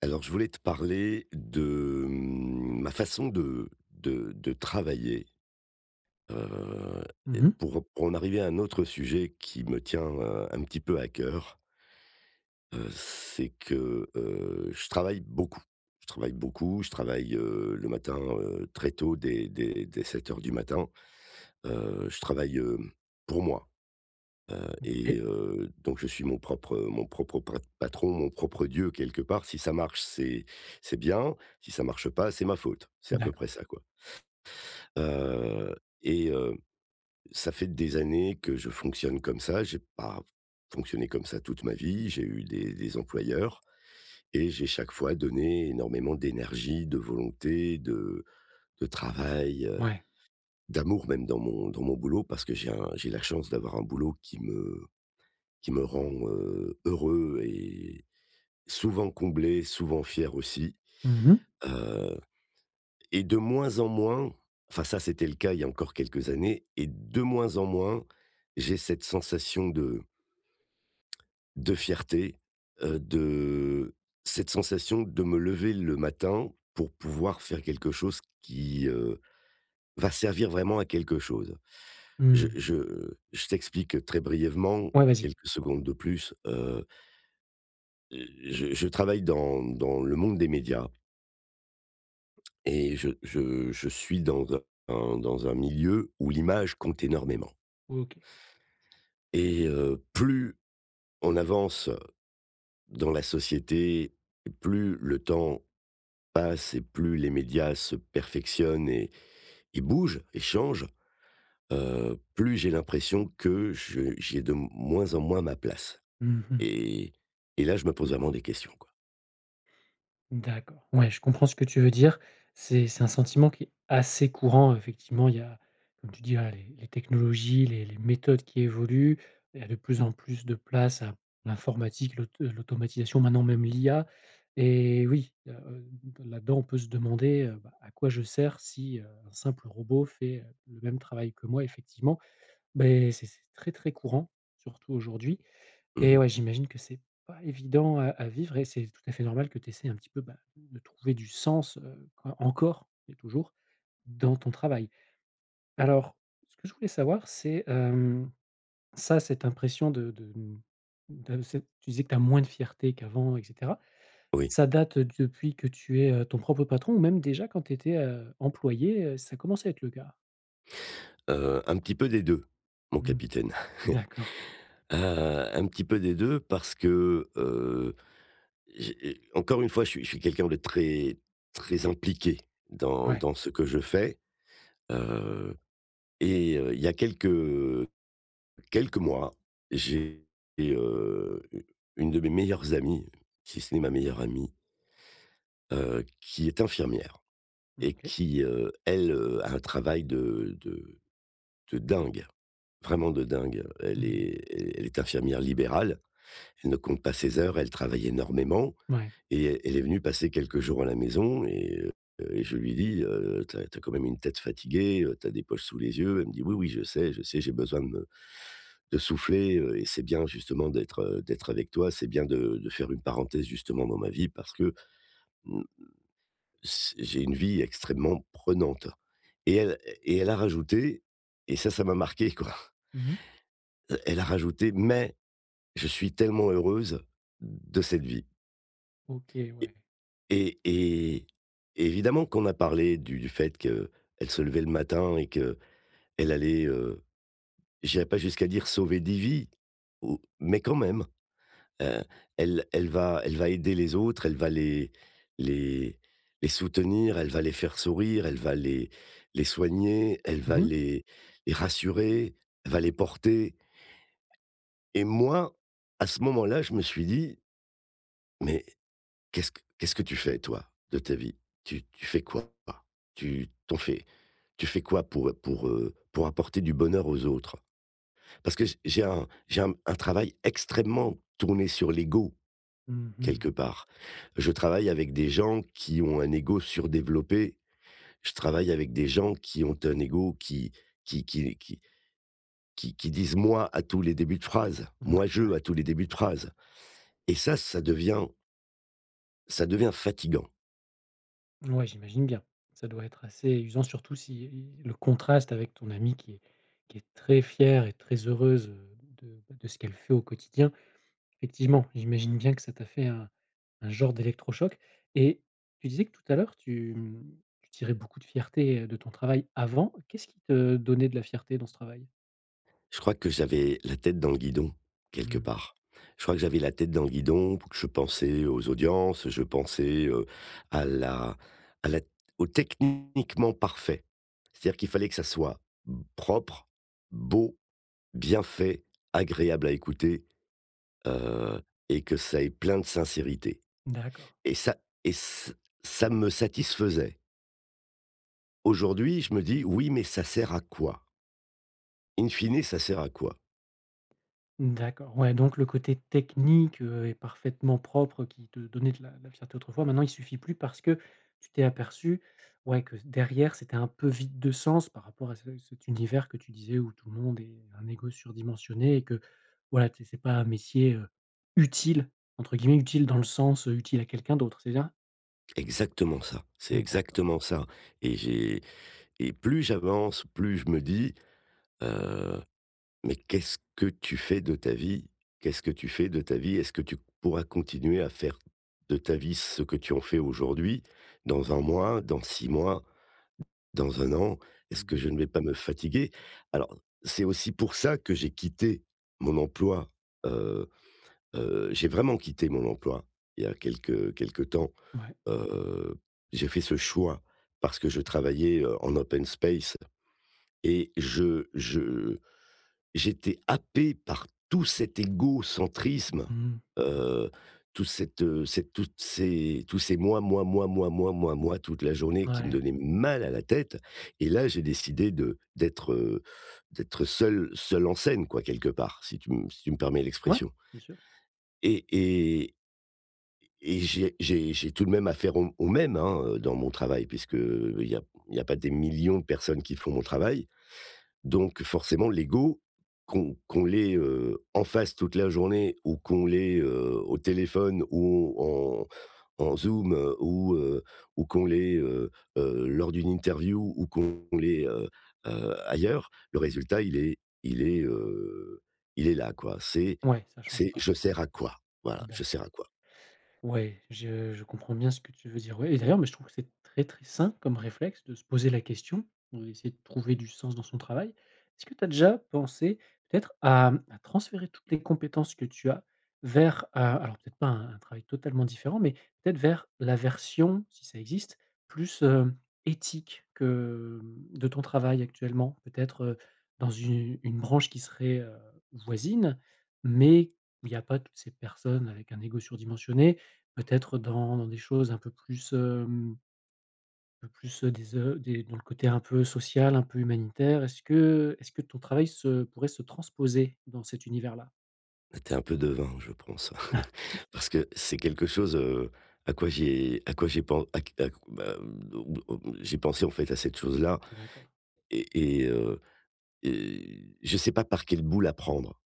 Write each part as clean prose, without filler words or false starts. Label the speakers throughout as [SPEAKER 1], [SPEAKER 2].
[SPEAKER 1] Alors, je voulais te parler de ma façon de travailler, heu et
[SPEAKER 2] Mmh mh.
[SPEAKER 1] pour en arriver à un autre sujet qui me tient, un petit peu à cœur, c'est que, je travaille beaucoup. Je travaille beaucoup, je travaille, le matin, très tôt dès 7 heures du matin. Je travaille, pour moi. Heu et
[SPEAKER 2] Et
[SPEAKER 1] heu, donc je suis mon propre, patron, mon propre dieu quelque part. Si ça marche, c'est bien. Si ça marche pas, c'est ma faute. C'est à peu près
[SPEAKER 2] d'accord,
[SPEAKER 1] ça, quoi. Heu et ça fait des années que je fonctionne comme ça. J'ai pas fonctionné comme ça toute ma vie. J'ai eu des employeurs et j'ai chaque fois donné énormément d'énergie, de volonté, de travail,
[SPEAKER 2] ouais.
[SPEAKER 1] d'amour même dans mon boulot parce que j'ai la chance d'avoir un boulot qui me rend, heureux et souvent comblé, souvent fier aussi,
[SPEAKER 2] Mmh mh.
[SPEAKER 1] heu et de moins en moins, enfin ça c'était le cas il y a encore quelques années et de moins en moins, j'ai cette sensation de fierté, de cette sensation de me lever le matin pour pouvoir faire quelque chose qui, va servir vraiment à quelque chose. Je
[SPEAKER 2] Mmh.
[SPEAKER 1] je je t'explique très brièvement,
[SPEAKER 2] Ouais, vas-y.
[SPEAKER 1] quelques secondes de plus, je travaille dans le monde des médias et je suis dans un milieu où l'image compte énormément
[SPEAKER 2] OK.
[SPEAKER 1] et plus on avance dans la société, plus le temps passe et plus les médias se perfectionnent et bougent et changent, plus j'ai l'impression que je j'ai de moins en moins ma place.
[SPEAKER 2] Mmh mh.
[SPEAKER 1] Et et là, je me pose vraiment des questions, quoi.
[SPEAKER 2] D'accord. Ouais, je comprends ce que tu veux dire. C'est un sentiment qui est assez courant, effectivement. Il y a, comme tu dis, voilà, les technologies, les méthodes qui évoluent. Il y a de plus en plus de place à l'informatique, l'automatisation, maintenant même l'IA et oui, là-dedans, on peut se demander, bah, à quoi je sers si, un simple robot fait, le même travail que moi, effectivement. Beh, c'est très, très courant, surtout aujourd'hui
[SPEAKER 1] Mmh.
[SPEAKER 2] et ouais, j'imagine que c'est pas évident à vivre et c'est tout à fait normal que tu essaies un petit peu, bah, de trouver du sens, quand encore et toujours dans ton travail. Alors, ce que je voulais savoir, c'est, ça, cette impression de cette tu disais que tu as moins de fierté qu'avant et cetera.
[SPEAKER 1] Oui,
[SPEAKER 2] Ça date, depuis que tu es, ton propre patron ou même déjà quand tu étais, employé, ça commençait à être le cas?
[SPEAKER 1] un petit peu des 2, mon
[SPEAKER 2] Mmh.
[SPEAKER 1] capitaine.
[SPEAKER 2] D'accord.
[SPEAKER 1] Heu, un petit peu des deux, parce que, j'ai encore une fois, je suis quelqu'un de très très impliqué dans
[SPEAKER 2] Ouais.
[SPEAKER 1] dans ce que je fais, heu et il y a quelques mois, j'ai, heu, une de mes meilleures amies, si ce n'est ma meilleure amie, qui est infirmière et
[SPEAKER 2] OK.
[SPEAKER 1] qui, elle, a un travail de dingue, vraiment de dingue.
[SPEAKER 2] Mmh
[SPEAKER 1] Elle
[SPEAKER 2] mh.
[SPEAKER 1] est elle est infirmière libérale, elle ne compte pas ses heures, elle travaille énormément
[SPEAKER 2] Ouais.
[SPEAKER 1] et elle est venue passer quelques jours à la maison et je lui dis: Tu as tu as quand même une tête fatiguée, tu as des poches sous les yeux». Elle me dit: «Oui, oui, je sais, j'ai besoin de souffler, et c'est bien justement d'être, d'être avec toi. C'est bien de faire une parenthèse justement dans ma vie parce que, mmh, c j'ai une vie extrêmement prenante». Et elle et elle a rajouté, et ça m'a marqué, quoi.
[SPEAKER 2] Mmh mh.
[SPEAKER 1] Elle a rajouté: «Mais je suis tellement heureuse de cette vie».
[SPEAKER 2] OK, ouais.
[SPEAKER 1] Et et et évidemment qu'on a parlé du fait qu'elle se levait le matin et qu'elle allait, j'irai pas jusqu'à dire sauver des vies, ou mais quand même, heu, elle va aider les autres, elle va les les soutenir, elle va les faire sourire, elle va les soigner, elle
[SPEAKER 2] Mmh
[SPEAKER 1] va
[SPEAKER 2] mh.
[SPEAKER 1] les rassurer, elle va les porter et moi, à ce moment-là, je me suis dit: «Mais». Qu'est-ce que tu fais toi de ta vie? Tu fais quoi? Tu t'en fais tu fais quoi pour, pour apporter du bonheur aux autres? Parce que j'ai un travail extrêmement tourné sur l'ego,
[SPEAKER 2] Mmh.
[SPEAKER 1] quelque part. Je travaille avec des gens qui ont un ego surdéveloppé. Je travaille avec des gens qui ont un ego qui qui qui qui disent «moi» à tous les débuts de phrase,
[SPEAKER 2] OK,
[SPEAKER 1] «moi
[SPEAKER 2] ouais.
[SPEAKER 1] je» à tous les débuts de phrase et ça, ça devient fatigant.
[SPEAKER 2] Ouais, j'imagine bien. Ça doit être assez usant, surtout si le contraste avec ton amie qui est très fière et très heureuse, de bah, de ce qu'elle fait au quotidien. Effectivement, j'imagine bien que ça t'a fait un genre d'électrochoc et tu disais que tout à l'heure, tu tirais beaucoup de fierté, de ton travail avant. Qu'est-ce qui te donnait de la fierté dans ce travail?
[SPEAKER 1] Je crois que j'avais la tête dans le guidon, quelque
[SPEAKER 2] Mmh,
[SPEAKER 1] part. Je crois que j'avais la tête dans le guidon, que je pensais aux audiences, je pensais, à la à la au techniquement parfait. C'est-à-dire qu'il fallait que ça soit propre, beau, bien fait, agréable à écouter, heu et que ça ait plein de sincérité
[SPEAKER 2] d'accord.
[SPEAKER 1] et ça et ç ça me satisfaisait. Aujourd'hui, je me dis: «Oui, mais ça sert à quoi?» In fine, ça sert à quoi?
[SPEAKER 2] D'accord, ouais, donc le côté technique, et parfaitement propre qui te donnait de la fierté autrefois, maintenant il suffit plus parce que tu t'es aperçu, ouais, que derrière c'était un peu vide de sens par rapport à ce cet univers que tu disais où tout le monde est un ego surdimensionné et que voilà, tu c'est pas un métier, «utile» entre guillemets, utile dans le sens, utile à quelqu'un d'autre, c'est bien.
[SPEAKER 1] Exactement ça, c'est
[SPEAKER 2] D'accord.
[SPEAKER 1] exactement ça et j'ai et plus j'avance, plus je me dis, heu: «Mais qu'est-ce que tu fais de ta vie? Qu'est-ce que tu fais de ta vie? Est-ce que tu pourras continuer à faire de ta vie ce que tu en fais aujourd'hui, dans un mois, dans 6 mois, dans un an? Est-ce que
[SPEAKER 2] Mmh.
[SPEAKER 1] je ne vais pas me fatiguer?». Alors, c'est aussi pour ça que j'ai quitté mon emploi, heu j'ai vraiment quitté mon emploi il y a quelque temps.
[SPEAKER 2] Ouais.
[SPEAKER 1] Heu, j'ai fait ce choix parce que je travaillais, en open space et je j'étais happé par tout cet égocentrisme,
[SPEAKER 2] Mmh.
[SPEAKER 1] heu, toute cette, cette toutes ces tous ces moi, moi, moi, moi, moi, moi, moi, toute la journée qui me
[SPEAKER 2] Ouais.
[SPEAKER 1] donnait mal à la tête et là, j'ai décidé d'être seul en scène quoi, quelque part, si tu me si tu me permets
[SPEAKER 2] Ouais,
[SPEAKER 1] l'expression
[SPEAKER 2] bien sûr.
[SPEAKER 1] et et j'ai tout de même affaire au même, hein, dans mon travail puisque, euh, il n'y a il y a pas des millions de personnes qui font mon travail. Donc forcément l'ego, qu'on l'ait, en face toute la journée ou qu'on l'ait, au téléphone ou en Zoom, ou qu'on l'ait, lors d'une interview ou qu'on l'ait, ailleurs, le résultat il est, heu, il est là quoi.
[SPEAKER 2] Ouais, ça change
[SPEAKER 1] C'est
[SPEAKER 2] pas.
[SPEAKER 1] je sers à quoi? Voilà, je sers
[SPEAKER 2] D'accord.
[SPEAKER 1] à quoi?
[SPEAKER 2] Ouais, je comprends bien ce que tu veux dire, ouais et d'ailleurs, mais je trouve que c'est très, très sain comme réflexe de se poser la question, d'essayer de trouver du sens dans son travail. Est-ce que tu as déjà pensé peut-être à transférer toutes les compétences que tu as vers, alors peut-être pas un travail totalement différent, mais peut-être vers la version, si ça existe, plus, éthique que, de ton travail actuellement? Peut-être, dans une branche qui serait, voisine, mais où il y a pas toutes ces personnes avec un ego surdimensionné. Peut-être dans des choses un peu plus, un peu plus, des dans le côté un peu social, un peu humanitaire. Est-ce que ton travail se pourrait se transposer dans cet univers-là?
[SPEAKER 1] T'es un peu devin, je pense, parce que c'est quelque chose, à quoi j'ai pen à q j'ai pensé, en fait, à cette chose-là.
[SPEAKER 2] D'accord.
[SPEAKER 1] Et et heu et je sais pas par quel bout la prendre.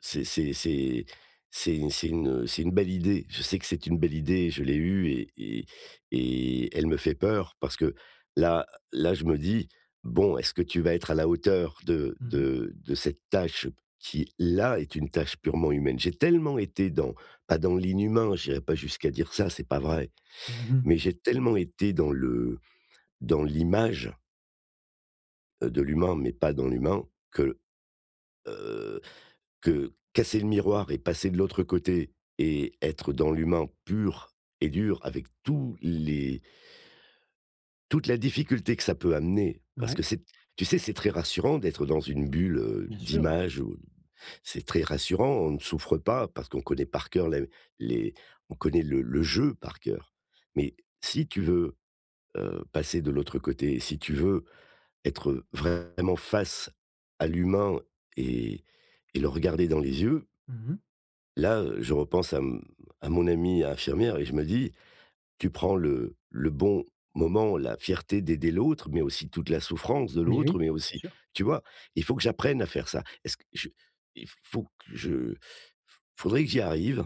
[SPEAKER 1] C'est c'est c'est c'est une belle idée. Je sais que c'est une belle idée, je l'ai eue et elle me fait peur parce que là là, je me dis: «Bon, est-ce que tu vas être à la hauteur de
[SPEAKER 2] Mmh mh.
[SPEAKER 1] de de cette tâche qui, là, est une tâche purement humaine?». J'ai tellement été dans pas dans l'inhumain, j'irai pas jusqu'à dire ça, c'est pas vrai,
[SPEAKER 2] Mmh.
[SPEAKER 1] mais j'ai tellement été dans l'image, de l'humain, mais pas dans l'humain que, heu que casser le miroir et passer de l'autre côté et être dans l'humain pur et dur avec tous les toute la difficulté que ça peut amener parce que
[SPEAKER 2] Ouais,
[SPEAKER 1] c'est tu sais, c'est très rassurant d'être dans une bulle,
[SPEAKER 2] bien sûr, oui.
[SPEAKER 1] d'images, c'est très rassurant, on ne souffre pas parce qu'on connaît par cœur les on connaît le jeu par cœur. Mais si tu veux, passer de l'autre côté, si tu veux être vraiment face à l'humain et et le regarder dans les yeux.
[SPEAKER 2] Mmh.
[SPEAKER 1] Là, je repense à mon amie infirmière et je me dis: «Tu prends le bon moment, la fierté d'aider l'autre, mais aussi toute la souffrance de
[SPEAKER 2] Mais
[SPEAKER 1] l'autre,
[SPEAKER 2] oui,
[SPEAKER 1] mais
[SPEAKER 2] bien
[SPEAKER 1] aussi».
[SPEAKER 2] sûr.
[SPEAKER 1] Tu vois? Il faut que j'apprenne à faire ça. Est-ce que je il faut que je faudrait que j'y arrive.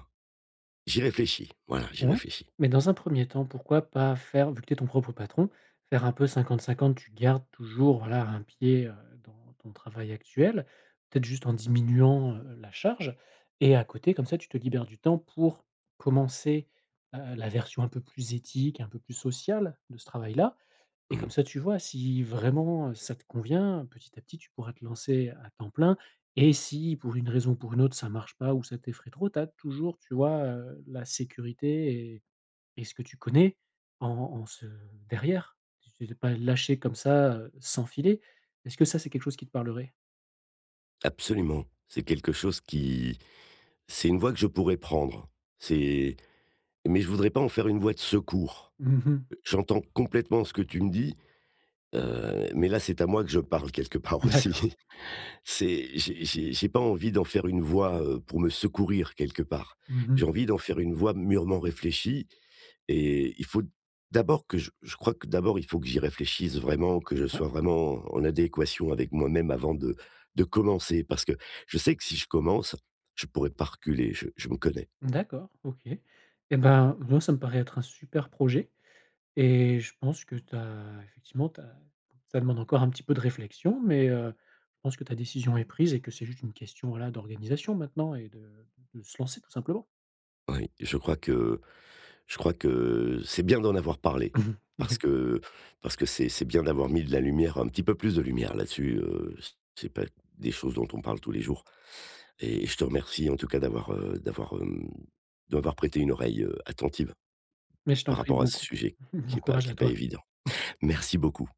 [SPEAKER 1] J'y réfléchis, voilà, j'y
[SPEAKER 2] Ouais,
[SPEAKER 1] réfléchis.
[SPEAKER 2] mais dans un premier temps, pourquoi pas faire vu que tu es ton propre patron, faire un peu 50-50, tu gardes toujours, voilà, un pied, dans ton travail actuel, peut-être juste en diminuant, la charge et à côté comme ça tu te libères du temps pour commencer, la version un peu plus éthique, un peu plus sociale de ce travail-là et
[SPEAKER 1] Mmh.
[SPEAKER 2] comme ça, tu vois si vraiment, ça te convient, petit à petit, tu pourras te lancer à temps plein et si pour une raison ou pour une autre, ça marche pas ou ça t'effraie trop, tu as toujours, tu vois, la sécurité et ce que tu connais en en ce derrière. Tu t'es pas lâché comme ça, sans filet. Est-ce que ça, c'est quelque chose qui te parlerait?
[SPEAKER 1] Absolument. C'est quelque chose qui c'est une voie que je pourrais prendre. C'est mais je voudrais pas en faire une voie de secours.
[SPEAKER 2] Mmh.
[SPEAKER 1] J'entends complètement ce que tu me dis, mais là, c'est à moi que je parle quelque part
[SPEAKER 2] D'accord.
[SPEAKER 1] aussi. C'est j'ai pas envie d'en faire une voix, pour me secourir quelque part. J'ai
[SPEAKER 2] Mmh.
[SPEAKER 1] envie d'en faire une voix mûrement réfléchie et il faut d'abord que je crois que d'abord il faut que j'y réfléchisse vraiment, que je
[SPEAKER 2] Ouais.
[SPEAKER 1] sois vraiment en adéquation avec moi-même avant de commencer. Parce que je sais que si je commence, je pourrais pas reculer, je me connais.
[SPEAKER 2] D'accord, OK. Et ben, moi, ça me paraît être un super projet. Et je pense que tu as effectivement, tu as ça demande encore un petit peu de réflexion, mais je pense que ta décision est prise et que c'est juste une question, voilà, d'organisation maintenant et de se lancer tout simplement.
[SPEAKER 1] Oui, Je crois que c'est bien d'en avoir parlé parce
[SPEAKER 2] Oui,
[SPEAKER 1] que parce que c'est bien d'avoir mis de la lumière, un petit peu plus de lumière là-dessus, c'est pas des choses dont on parle tous les jours et je te remercie en tout cas de prêté une oreille, attentive
[SPEAKER 2] mais je t'en
[SPEAKER 1] par
[SPEAKER 2] prie,
[SPEAKER 1] rapport à
[SPEAKER 2] bon
[SPEAKER 1] ce
[SPEAKER 2] co
[SPEAKER 1] sujet
[SPEAKER 2] bon courage
[SPEAKER 1] qui
[SPEAKER 2] à
[SPEAKER 1] est pas
[SPEAKER 2] toi.
[SPEAKER 1] évident. Merci beaucoup.